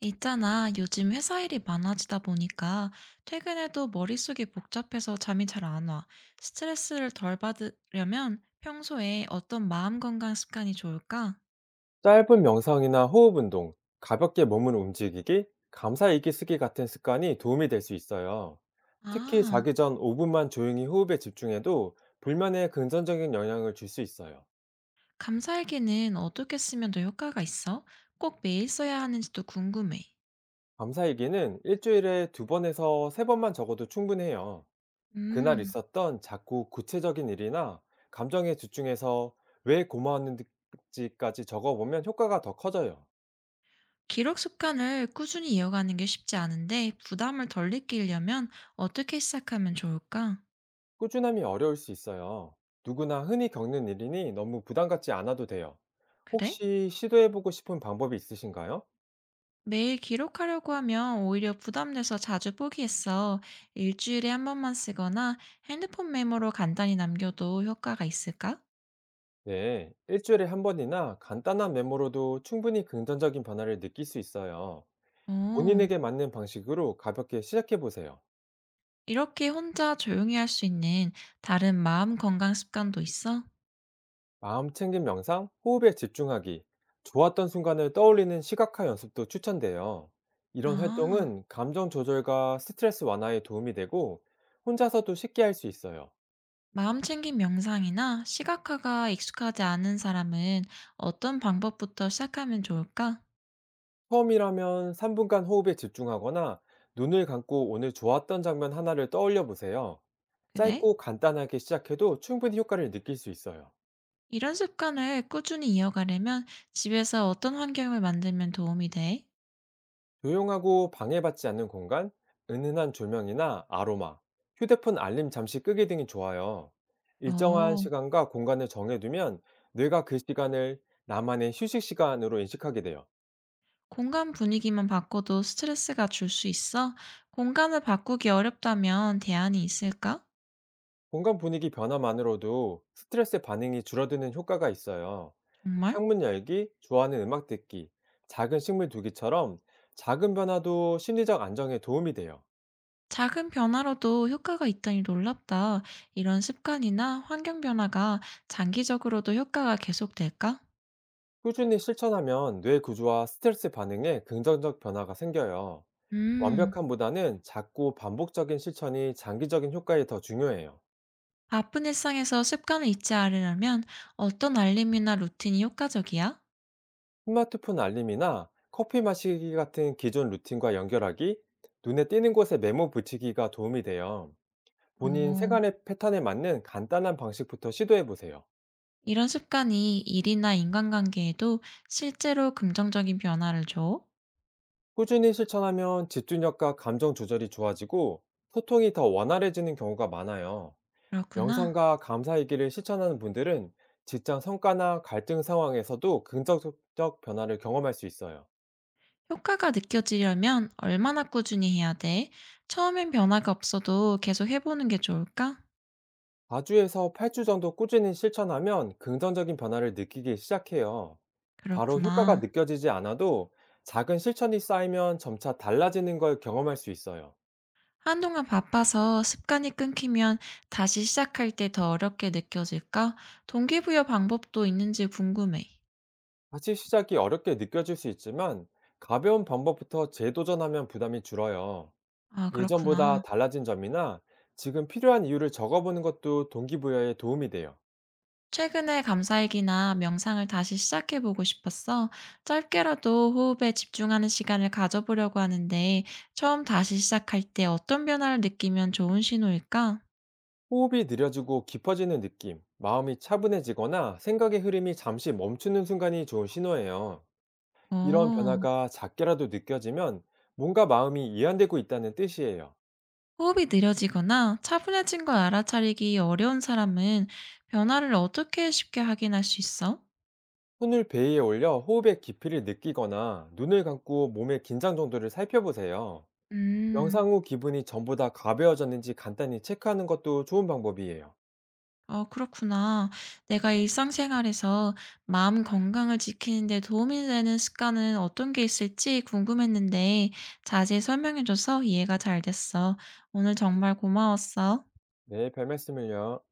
있잖아, 요즘 회사 일이 많아지다 보니까 퇴근해도 머릿속이 복잡해서 잠이 잘 안 와. 스트레스를 덜 받으려면 평소에 어떤 마음 건강 습관이 좋을까? 짧은 명상이나 호흡 운동, 가볍게 몸을 움직이기, 감사 일기 쓰기 같은 습관이 도움이 될 수 있어요. 특히 아, 자기 전 5분만 조용히 호흡에 집중해도 불면에 긍정적인 영향을 줄 수 있어요. 감사일기는 어떻게 쓰면 더 효과가 있어? 꼭 매일 써야 하는지도 궁금해. 감사 일기는 일주일에 두 번에서 세 번만 적어도 충분해요. 그날 음, 있었던 작고 구체적인 일이나 감정에 집중해서 왜 고마웠는지까지 적어보면 효과가 더 커져요. 기록 습관을 꾸준히 이어가는 게 쉽지 않은데 부담을 덜 느끼려면 어떻게 시작하면 좋을까? 꾸준함이 어려울 수 있어요. 누구나 흔히 겪는 일이니 너무 부담 갖지 않아도 돼요. 그래? 혹시 시도해보고 싶은 방법이 있으신가요? 매일 기록하려고 하면 오히려 부담돼서 자주 포기했어. 일주일에 한 번만 쓰거나 핸드폰 메모로 간단히 남겨도 효과가 있을까? 네, 일주일에 한 번이나 간단한 메모로도 충분히 긍정적인 변화를 느낄 수 있어요. 어, 본인에게 맞는 방식으로 가볍게 시작해보세요. 이렇게 혼자 조용히 할 수 있는 다른 마음 건강 습관도 있어? 마음 챙김 명상, 호흡에 집중하기, 좋았던 순간을 떠올리는 시각화 연습도 추천돼요. 이런 아, 활동은 감정 조절과 스트레스 완화에 도움이 되고 혼자서도 쉽게 할 수 있어요. 마음 챙김 명상이나 시각화가 익숙하지 않은 사람은 어떤 방법부터 시작하면 좋을까? 처음이라면 3분간 분간 호흡에 집중하거나 눈을 감고 오늘 좋았던 장면 하나를 떠올려 보세요. 그래? 짧고 간단하게 시작해도 충분히 효과를 느낄 수 있어요. 이런 습관을 꾸준히 이어가려면 집에서 어떤 환경을 만들면 도움이 돼? 조용하고 방해받지 않는 공간, 은은한 조명이나 아로마, 휴대폰 알림 잠시 끄기 등이 좋아요. 일정한 어. 시간과 공간을 정해두면 뇌가 그 시간을 나만의 휴식 시간으로 인식하게 돼요. 공간 분위기만 바꿔도 스트레스가 줄 수 있어? 공간을 바꾸기 어렵다면 대안이 있을까? 공간 분위기 변화만으로도 스트레스 반응이 줄어드는 효과가 있어요. 정말? 창문 열기, 좋아하는 음악 듣기, 작은 식물 두기처럼 작은 변화도 심리적 안정에 도움이 돼요. 작은 변화로도 효과가 있다니 놀랍다. 이런 습관이나 환경 변화가 장기적으로도 효과가 계속될까? 꾸준히 실천하면 뇌 구조와 스트레스 반응에 긍정적 변화가 생겨요. 음, 완벽함보다는 작고 반복적인 실천이 장기적인 효과에 더 중요해요. 바쁜 일상에서 습관을 잊지 않으려면 어떤 알림이나 루틴이 효과적이야? 스마트폰 알림이나 커피 마시기 같은 기존 루틴과 연결하기, 눈에 띄는 곳에 메모 붙이기가 도움이 돼요. 본인 오, 생활의 패턴에 맞는 간단한 방식부터 시도해 보세요. 이런 습관이 일이나 인간관계에도 실제로 긍정적인 변화를 줘? 꾸준히 실천하면 집중력과 감정 조절이 좋아지고 소통이 더 원활해지는 경우가 많아요. 그렇구나. 명상과 감사일기를 실천하는 분들은 직장 성과나 갈등 상황에서도 긍정적 변화를 경험할 수 있어요. 효과가 느껴지려면 얼마나 꾸준히 해야 돼? 처음엔 변화가 없어도 계속 해보는 게 좋을까? 4주에서 8주 정도 꾸준히 실천하면 긍정적인 변화를 느끼기 시작해요. 바로 효과가 그렇구나. 느껴지지 않아도 작은 실천이 쌓이면 점차 달라지는 걸 경험할 수 있어요. 한동안 바빠서 습관이 끊기면 다시 시작할 때 더 어렵게 느껴질까? 동기부여 방법도 있는지 궁금해. 다시 시작이 어렵게 느껴질 수 있지만 가벼운 방법부터 재도전하면 부담이 줄어요. 아, 그렇구나. 예전보다 달라진 점이나 지금 필요한 이유를 적어보는 것도 동기부여에 도움이 돼요. 최근에 감사일기나 명상을 다시 시작해보고 싶었어. 짧게라도 호흡에 집중하는 시간을 가져보려고 하는데, 처음 다시 시작할 때 어떤 변화를 느끼면 좋은 신호일까? 호흡이 느려지고 깊어지는 느낌, 마음이 차분해지거나 생각의 흐름이 잠시 멈추는 순간이 좋은 신호예요. 이런 오. 변화가 작게라도 느껴지면 뭔가 마음이 이완되고 있다는 뜻이에요. 호흡이 느려지거나 차분해진 걸 알아차리기 어려운 사람은 변화를 어떻게 쉽게 확인할 수 있어? 손을 베이에 올려 호흡의 깊이를 느끼거나 눈을 감고 몸의 긴장 정도를 살펴보세요. 음, 명상 후 기분이 전보다 가벼워졌는지 간단히 체크하는 것도 좋은 방법이에요. 어, 그렇구나. 내가 일상생활에서 마음 건강을 지키는데 도움이 되는 습관은 어떤 게 있을지 궁금했는데 자세히 설명해줘서 이해가 잘 됐어. 오늘 정말 고마웠어. 네, 별 말씀을요.